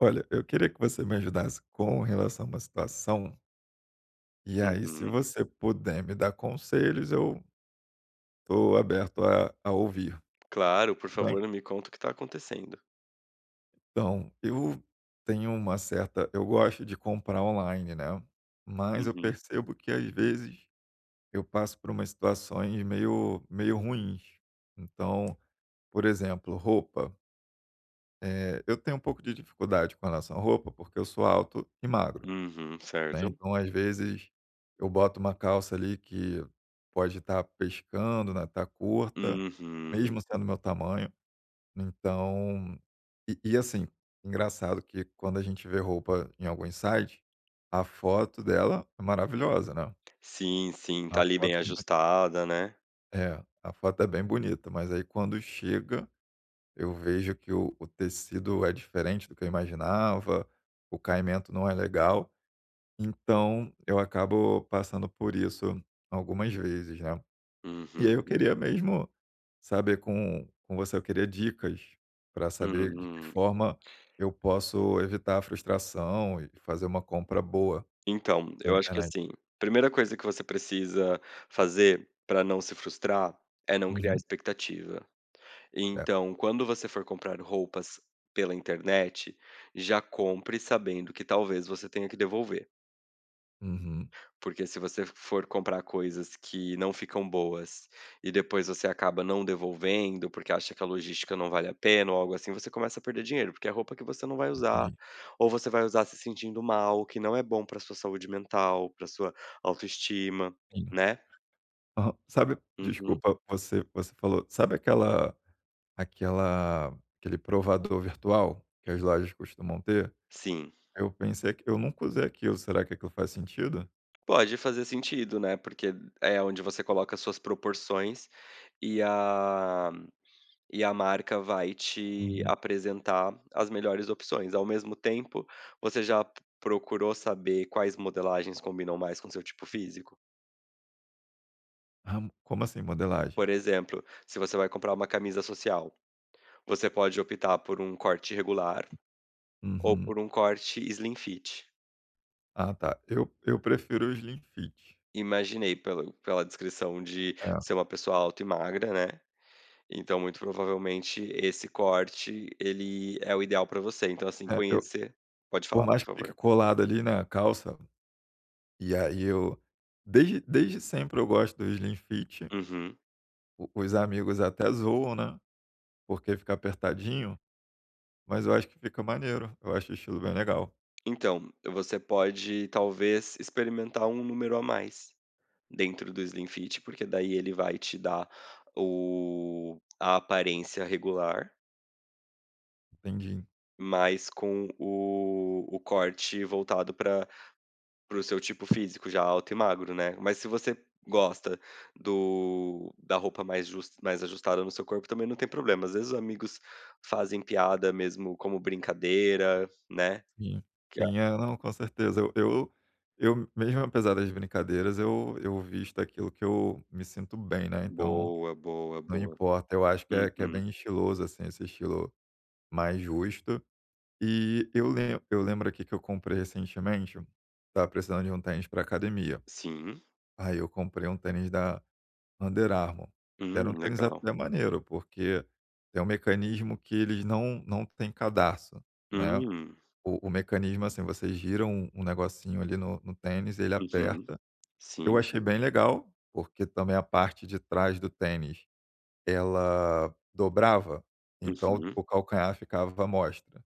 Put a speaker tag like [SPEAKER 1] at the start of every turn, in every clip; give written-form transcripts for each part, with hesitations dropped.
[SPEAKER 1] Olha, eu queria que você me ajudasse com relação a uma situação, e aí se
[SPEAKER 2] Uhum.
[SPEAKER 1] você puder me dar conselhos, eu estou aberto a ouvir,
[SPEAKER 2] Claro, por
[SPEAKER 1] tudo bem?
[SPEAKER 2] favor, me conta o que está acontecendo.
[SPEAKER 1] Então, eu tenho uma certa. Eu gosto de comprar online, né? Mas eu
[SPEAKER 2] Uhum.
[SPEAKER 1] percebo que às vezes eu passo por umas situações meio ruins. Então, por exemplo, roupa. Eu tenho um pouco de dificuldade com relação à roupa, porque eu sou alto e magro.
[SPEAKER 2] Uhum,
[SPEAKER 1] Né,
[SPEAKER 2] certo.
[SPEAKER 1] então, às vezes, eu boto uma calça ali que pode estar pescando, né, tá curta,
[SPEAKER 2] Uhum.
[SPEAKER 1] mesmo sendo meu tamanho. Então e assim, engraçado que quando a gente vê roupa em algum site, a foto dela é maravilhosa, né.
[SPEAKER 2] Sim, sim,
[SPEAKER 1] A
[SPEAKER 2] tá ali bem
[SPEAKER 1] foto
[SPEAKER 2] ajustada, né.
[SPEAKER 1] a foto é bem bonita, mas aí quando chega, eu vejo que o tecido é diferente do que eu imaginava, o caimento não é legal. Então, eu acabo passando por isso algumas vezes, né. E aí
[SPEAKER 2] Uhum.
[SPEAKER 1] eu queria mesmo saber com você, eu queria dicas para saber de que
[SPEAKER 2] Hum.
[SPEAKER 1] forma eu posso evitar a frustração e fazer uma compra boa
[SPEAKER 2] Então,
[SPEAKER 1] pela
[SPEAKER 2] eu acho que,
[SPEAKER 1] internet.
[SPEAKER 2] assim, primeira coisa que você precisa fazer para não se frustrar é não criar
[SPEAKER 1] Uhum.
[SPEAKER 2] expectativa.
[SPEAKER 1] É.
[SPEAKER 2] Então, quando você for comprar roupas pela internet, já compre sabendo que talvez você tenha que devolver.
[SPEAKER 1] Uhum.
[SPEAKER 2] Porque se você for comprar coisas que não ficam boas e depois você acaba não devolvendo, porque acha que a logística não vale a pena ou algo assim, você começa a perder dinheiro, porque é roupa que você não vai usar,
[SPEAKER 1] Entendi.
[SPEAKER 2] ou você vai usar se sentindo mal, que não é bom para sua saúde mental, para sua autoestima,
[SPEAKER 1] Sim.
[SPEAKER 2] né?
[SPEAKER 1] Aham. Sabe,
[SPEAKER 2] Uhum.
[SPEAKER 1] desculpa, você falou, sabe aquela aquele provador virtual que as lojas costumam ter?
[SPEAKER 2] Sim.
[SPEAKER 1] Eu pensei que eu nunca usei aquilo, será que aquilo faz sentido?
[SPEAKER 2] Pode fazer sentido, né? Porque é onde você coloca suas proporções e a E a marca vai te
[SPEAKER 1] Uhum.
[SPEAKER 2] apresentar as melhores opções. Ao mesmo tempo, você já p procurou saber quais modelagens combinam mais com seu tipo físico?
[SPEAKER 1] Ah, como assim modelagem?
[SPEAKER 2] Por exemplo, se você vai comprar uma camisa social, você pode optar por um corte regular ou
[SPEAKER 1] Uhum.
[SPEAKER 2] por um corte slim fit.
[SPEAKER 1] Ah, tá. Eu prefiro os slim fit.
[SPEAKER 2] Imaginei pelo pela descrição de
[SPEAKER 1] É,
[SPEAKER 2] ser uma pessoa alta e magra, né, então muito provavelmente esse corte ele é o ideal para você, então assim
[SPEAKER 1] é, eu
[SPEAKER 2] conhecer pode
[SPEAKER 1] por
[SPEAKER 2] falar,
[SPEAKER 1] mais
[SPEAKER 2] por
[SPEAKER 1] que fique
[SPEAKER 2] favor.
[SPEAKER 1] colado ali na calça, e aí eu desde sempre eu gosto do slim fit.
[SPEAKER 2] Uhum.
[SPEAKER 1] O os amigos até zoam, né, porque fica apertadinho, mas eu acho que fica maneiro, eu acho o estilo bem legal.
[SPEAKER 2] Então, você pode talvez experimentar um número a mais dentro do Slim Fit, porque daí ele vai te dar o a aparência regular,
[SPEAKER 1] Entendi.
[SPEAKER 2] mas com o corte voltado pra para o seu tipo físico, já alto e magro, né. Mas se você gosta do da roupa mais jus mais ajustada no seu corpo, também não tem problema. Às vezes os amigos fazem piada mesmo como brincadeira, né.
[SPEAKER 1] Sim,
[SPEAKER 2] Que é
[SPEAKER 1] sim. É, não, com certeza. Eu eu mesmo, apesar das brincadeiras, eu visto aquilo que eu me sinto bem, né, então
[SPEAKER 2] boa, boa,
[SPEAKER 1] não
[SPEAKER 2] boa.
[SPEAKER 1] importa, eu acho que é
[SPEAKER 2] Uhum.
[SPEAKER 1] bem estiloso, assim, esse estilo mais justo. E eu lem eu lembro aqui que eu comprei recentemente, estava precisando de um tênis pra academia,
[SPEAKER 2] Sim.
[SPEAKER 1] aí eu comprei um tênis da Under Armour. Era um tênis
[SPEAKER 2] Legal.
[SPEAKER 1] até maneiro, porque tem um mecanismo que eles não têm cadarço, né.
[SPEAKER 2] Hum.
[SPEAKER 1] O mecanismo, assim, você gira um negocinho ali no tênis, ele
[SPEAKER 2] Uhum.
[SPEAKER 1] aperta. Eu
[SPEAKER 2] Sim.
[SPEAKER 1] achei bem legal, porque também a parte de trás do tênis ela dobrava, então
[SPEAKER 2] Uhum.
[SPEAKER 1] o calcanhar ficava à mostra,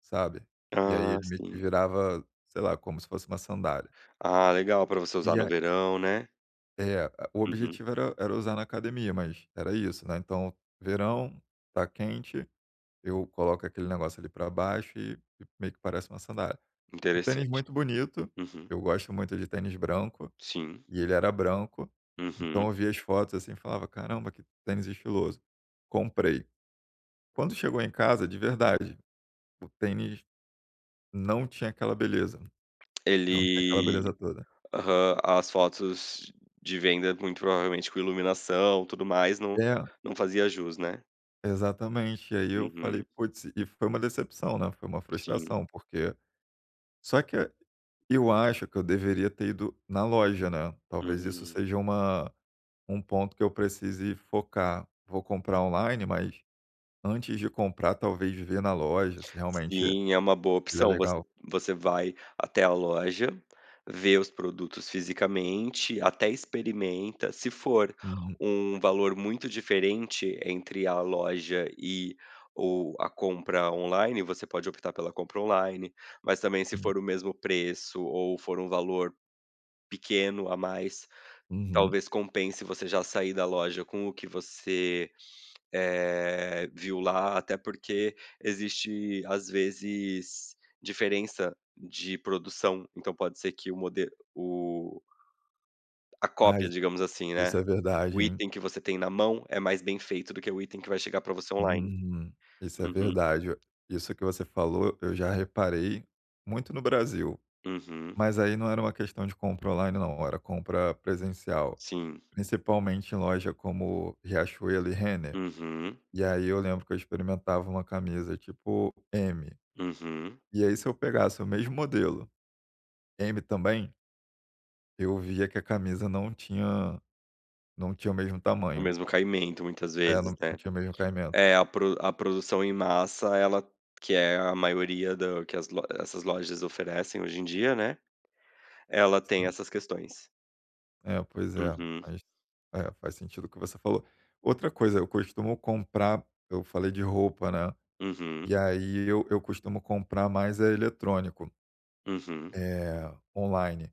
[SPEAKER 1] sabe. E aí
[SPEAKER 2] Ah,
[SPEAKER 1] ele meio que
[SPEAKER 2] sim.
[SPEAKER 1] virava, sei lá, como se fosse uma sandália.
[SPEAKER 2] Ah, legal para você usar
[SPEAKER 1] E
[SPEAKER 2] no
[SPEAKER 1] a
[SPEAKER 2] verão, né.
[SPEAKER 1] é, o
[SPEAKER 2] Uhum.
[SPEAKER 1] objetivo era usar na academia, mas era isso, né, então verão, tá quente, eu coloco aquele negócio ali para baixo e meio que parece uma sandália. Um tênis
[SPEAKER 2] Interessante.
[SPEAKER 1] muito bonito,
[SPEAKER 2] Uhum.
[SPEAKER 1] eu gosto muito de tênis branco,
[SPEAKER 2] Sim.
[SPEAKER 1] e ele era branco, então
[SPEAKER 2] Uhum.
[SPEAKER 1] eu via as fotos, assim, e falava: "Caramba, que tênis estiloso". Comprei. Quando chegou em casa, de verdade, o tênis não tinha aquela beleza, não tinha aquela
[SPEAKER 2] Ele
[SPEAKER 1] beleza toda.
[SPEAKER 2] aham. As fotos de venda, muito provavelmente com iluminação, tudo mais,
[SPEAKER 1] É,
[SPEAKER 2] não fazia jus, né.
[SPEAKER 1] exatamente. E aí eu falei:
[SPEAKER 2] Uhum.
[SPEAKER 1] "Putz", e foi uma decepção, né, foi uma
[SPEAKER 2] Sim.
[SPEAKER 1] frustração, porque só que eu acho que eu deveria ter ido na loja, né, talvez isso
[SPEAKER 2] Hum.
[SPEAKER 1] seja uma um ponto que eu precise focar. Vou comprar online, mas antes de comprar, talvez ver na loja se realmente
[SPEAKER 2] Sim, é uma boa
[SPEAKER 1] ele é
[SPEAKER 2] opção.
[SPEAKER 1] legal.
[SPEAKER 2] Você vai até a loja, vê os produtos fisicamente, até experimenta. Se for
[SPEAKER 1] Uhum,
[SPEAKER 2] um valor muito diferente entre a loja e o a compra online, você pode optar pela compra online, mas também se
[SPEAKER 1] hum,
[SPEAKER 2] for o mesmo preço ou for um valor pequeno a mais,
[SPEAKER 1] uhum.
[SPEAKER 2] talvez compense você já sair da loja com o que você viu lá, até porque existe, às vezes, diferença de produção, então pode ser que o modelo o a cópia,
[SPEAKER 1] Ai,
[SPEAKER 2] digamos assim,
[SPEAKER 1] isso
[SPEAKER 2] né,
[SPEAKER 1] é verdade,
[SPEAKER 2] o
[SPEAKER 1] hein.
[SPEAKER 2] item que você tem na mão é mais bem feito do que o item que vai chegar para você online.
[SPEAKER 1] Uhum. Isso é
[SPEAKER 2] Uhum,
[SPEAKER 1] verdade. Isso que você falou, eu já reparei muito no Brasil,
[SPEAKER 2] uhum,
[SPEAKER 1] mas aí não era uma questão de compra online não, era compra presencial,
[SPEAKER 2] sim,
[SPEAKER 1] principalmente em loja como Riachuelo e Renner.
[SPEAKER 2] uhum,
[SPEAKER 1] E aí eu lembro que eu experimentava uma camisa tipo M,
[SPEAKER 2] uhum.
[SPEAKER 1] e aí se eu pegasse o mesmo modelo, M também, eu via que a camisa não tinha o mesmo
[SPEAKER 2] O
[SPEAKER 1] tamanho,
[SPEAKER 2] mesmo caimento muitas
[SPEAKER 1] é, não
[SPEAKER 2] vezes,
[SPEAKER 1] não
[SPEAKER 2] né.
[SPEAKER 1] tinha o mesmo caimento.
[SPEAKER 2] É, a pro a produção em massa, ela que é a maioria do que as lo essas lojas oferecem hoje em dia, né, ela tem essas questões.
[SPEAKER 1] É, pois é,
[SPEAKER 2] Uhum,
[SPEAKER 1] mas é, faz sentido o que você falou. Outra coisa, eu costumo comprar, eu falei de roupa, né,
[SPEAKER 2] uhum,
[SPEAKER 1] e aí eu costumo comprar mais é eletrônico,
[SPEAKER 2] uhum.
[SPEAKER 1] eh, online.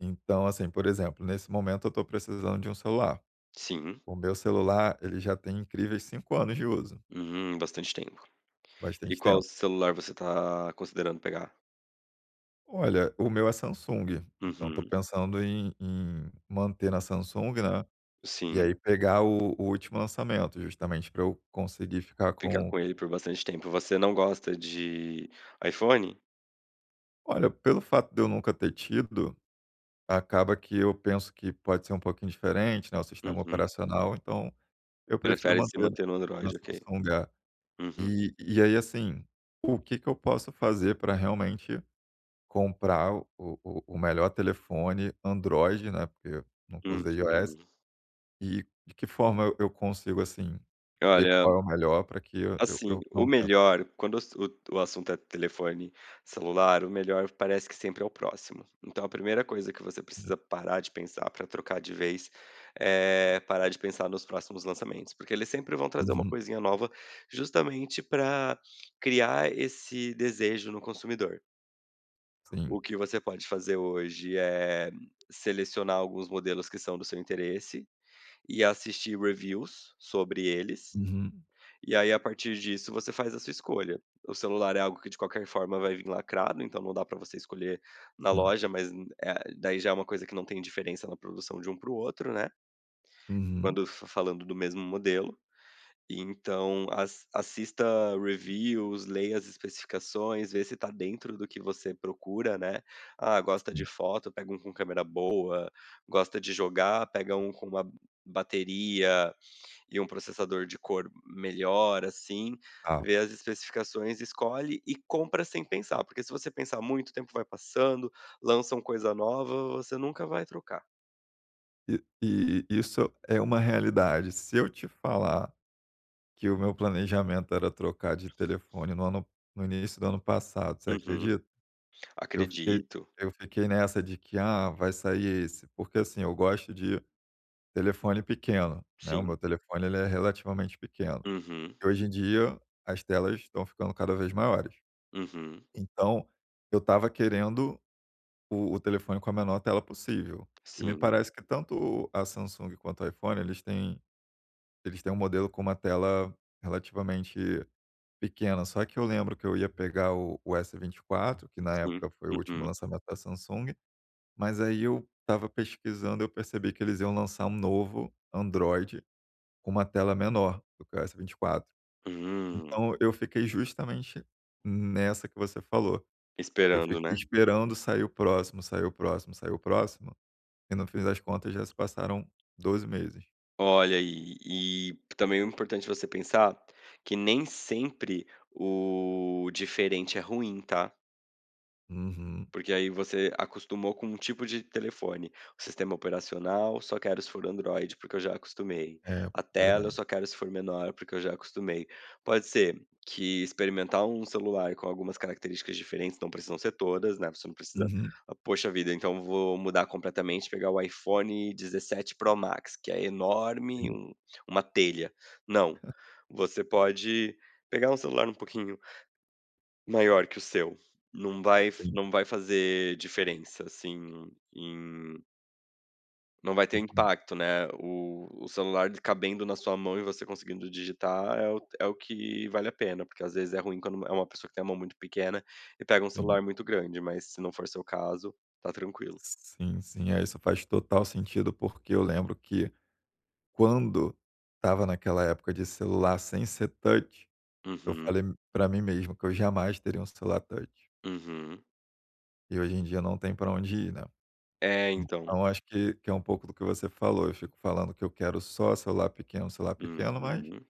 [SPEAKER 1] Então, assim, por exemplo, nesse momento eu estou precisando de um celular.
[SPEAKER 2] Sim,
[SPEAKER 1] O meu celular, ele já tem incríveis 5 anos de uso,
[SPEAKER 2] uhum, bastante tempo. E
[SPEAKER 1] bastante
[SPEAKER 2] qual
[SPEAKER 1] tempo.
[SPEAKER 2] celular você tá considerando pegar?
[SPEAKER 1] Olha, o meu é Samsung, então estou
[SPEAKER 2] Uhum,
[SPEAKER 1] pensando em manter na Samsung, né, e
[SPEAKER 2] sim,
[SPEAKER 1] aí pegar o último lançamento, justamente para eu conseguir ficar
[SPEAKER 2] ficar
[SPEAKER 1] com
[SPEAKER 2] com ele por bastante tempo. Você não gosta de iPhone?
[SPEAKER 1] olha, pelo fato de eu nunca ter tido, acaba que eu penso que pode ser um pouquinho diferente, né, o sistema
[SPEAKER 2] Uhum.
[SPEAKER 1] operacional, então eu prefiro
[SPEAKER 2] Prefere se
[SPEAKER 1] manter
[SPEAKER 2] manter no
[SPEAKER 1] na
[SPEAKER 2] Android, ok.
[SPEAKER 1] Samsung A.
[SPEAKER 2] Uhum,
[SPEAKER 1] E e aí, assim, o que que eu posso fazer para realmente comprar o melhor telefone Android, né, porque eu nunca usei
[SPEAKER 2] uhum.
[SPEAKER 1] iOS, e de que forma eu consigo, assim, ver
[SPEAKER 2] Olha,
[SPEAKER 1] qual é o melhor para que eu eu
[SPEAKER 2] assim,
[SPEAKER 1] eu
[SPEAKER 2] o
[SPEAKER 1] não tenha
[SPEAKER 2] melhor, quando as o assunto é telefone celular, o melhor parece que sempre é o próximo. Então a primeira coisa que você precisa parar de pensar para trocar de vez, é parar de pensar nos próximos lançamentos, porque eles sempre vão trazer uma
[SPEAKER 1] uhum,
[SPEAKER 2] coisinha nova, justamente para criar esse desejo no consumidor.
[SPEAKER 1] sim.
[SPEAKER 2] O que você pode fazer hoje é selecionar alguns modelos que são do seu interesse e assistir reviews sobre eles.
[SPEAKER 1] Uhum,
[SPEAKER 2] E aí, a partir disso, você faz a sua escolha. O celular é algo que de qualquer forma vai vir lacrado, então não dá pra você escolher na
[SPEAKER 1] sim.
[SPEAKER 2] loja, mas, daí já é uma coisa que não tem diferença na produção de um para o outro, né,
[SPEAKER 1] Uhum,
[SPEAKER 2] quando fa falando do mesmo modelo. E então as assista reviews, leia as especificações, vê se tá dentro do que você procura, né. Ah, gosta de
[SPEAKER 1] sim.
[SPEAKER 2] foto, pega um com câmera boa, gosta de jogar, pega um com uma bateria e um processador de cor melhor, assim,
[SPEAKER 1] Ah.
[SPEAKER 2] vê as especificações, escolhe e compra sem pensar, porque se você pensar muito, o tempo vai passando, lançam coisa nova, você nunca vai trocar.
[SPEAKER 1] E isso é uma realidade. Se eu te falar que o meu planejamento era trocar de telefone no ano no início do ano passado, você
[SPEAKER 2] Uhum.
[SPEAKER 1] acredita? Eu fiquei
[SPEAKER 2] Acredito,
[SPEAKER 1] eu fiquei nessa de que: "Ah, vai sair esse", porque, assim, eu gosto de telefone pequeno, né, o
[SPEAKER 2] sim.
[SPEAKER 1] meu telefone ele é relativamente pequeno.
[SPEAKER 2] Uhum,
[SPEAKER 1] E hoje em dia as telas estão ficando cada vez maiores.
[SPEAKER 2] uhum.
[SPEAKER 1] Então, eu estava querendo o telefone com a menor tela possível. E me
[SPEAKER 2] Sim,
[SPEAKER 1] parece que tanto a Samsung quanto o iPhone, eles têm eles têm um modelo com uma tela relativamente pequena, só que eu lembro que eu ia pegar o S24, que na
[SPEAKER 2] sim.
[SPEAKER 1] época foi o último
[SPEAKER 2] Uhum.
[SPEAKER 1] lançamento da Samsung, mas aí eu estava pesquisando, e eu percebi que eles iam lançar um novo Android com uma tela menor do que o S24.
[SPEAKER 2] Hum,
[SPEAKER 1] Então eu fiquei justamente nessa que você falou. Eu
[SPEAKER 2] esperando,
[SPEAKER 1] fiquei
[SPEAKER 2] né.
[SPEAKER 1] esperando sair o próximo, sair o próximo, sair o próximo, e no fim das contas já se passaram 12 meses.
[SPEAKER 2] Olha, e também é importante você pensar que nem sempre o diferente é ruim, tá?
[SPEAKER 1] Uhum.
[SPEAKER 2] Porque aí você acostumou com um tipo de telefone. O sistema operacional, só quero se for Android, porque eu já acostumei.
[SPEAKER 1] É,
[SPEAKER 2] A tela, eu
[SPEAKER 1] verdade.
[SPEAKER 2] só quero se for menor, porque eu já acostumei. Pode ser que experimentar um celular com algumas características diferentes, não precisam ser todas, né? Você não precisa,
[SPEAKER 1] Uhum.
[SPEAKER 2] ah, poxa vida, então vou mudar completamente, pegar o iPhone 17 Pro Max, que é enorme,
[SPEAKER 1] Sim,
[SPEAKER 2] um- uma telha. Não. Você pode pegar um celular um pouquinho maior que o seu.
[SPEAKER 1] sim.
[SPEAKER 2] Não vai fazer diferença, assim, em não vai ter
[SPEAKER 1] Entendi.
[SPEAKER 2] impacto, né. O celular cabendo na sua mão e você conseguindo digitar é o que vale a pena, porque às vezes é ruim quando é uma pessoa que tem a mão muito pequena e pega um
[SPEAKER 1] Sim.
[SPEAKER 2] celular muito grande, mas se não for seu caso, tá tranquilo.
[SPEAKER 1] Sim, sim. É, isso faz total sentido, porque eu lembro que quando estava naquela época de celular sem ser touch, eu
[SPEAKER 2] Uhum,
[SPEAKER 1] falei para mim mesmo que eu jamais teria um celular touch.
[SPEAKER 2] uhum.
[SPEAKER 1] E hoje em dia não tem para onde ir, né.
[SPEAKER 2] É, então.
[SPEAKER 1] Então acho que é um pouco do que você falou, eu fico falando que eu quero só celular pequeno, mas
[SPEAKER 2] Uhum,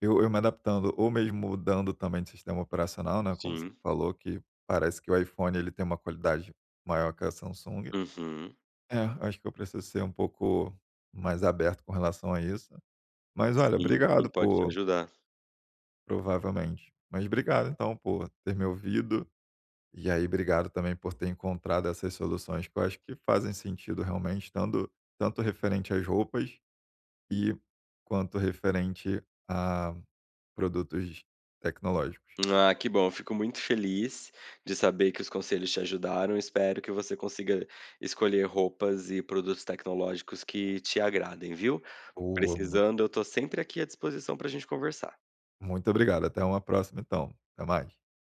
[SPEAKER 1] eu me adaptando ou mesmo mudando também de sistema operacional, né, como você
[SPEAKER 2] sim.
[SPEAKER 1] falou que parece que o iPhone ele tem uma qualidade maior que a Samsung.
[SPEAKER 2] Uhum.
[SPEAKER 1] É, acho que eu preciso ser um pouco mais aberto com relação a isso. Mas olha,
[SPEAKER 2] Sim, sim,
[SPEAKER 1] obrigado
[SPEAKER 2] pode te
[SPEAKER 1] por
[SPEAKER 2] ajudar.
[SPEAKER 1] provavelmente. Mas obrigado então por ter me ouvido. E aí, obrigado também por ter encontrado essas soluções que eu acho que fazem sentido realmente, tanto, tanto referente às roupas e quanto referente a produtos tecnológicos.
[SPEAKER 2] Ah, que bom. Eu fico muito feliz de saber que os conselhos te ajudaram. Espero que você consiga escolher roupas e produtos tecnológicos que te agradem, viu?
[SPEAKER 1] Boa, muito,
[SPEAKER 2] Precisando, eu tô sempre aqui à disposição para a gente conversar.
[SPEAKER 1] muito obrigado. Até uma próxima, então. Até mais.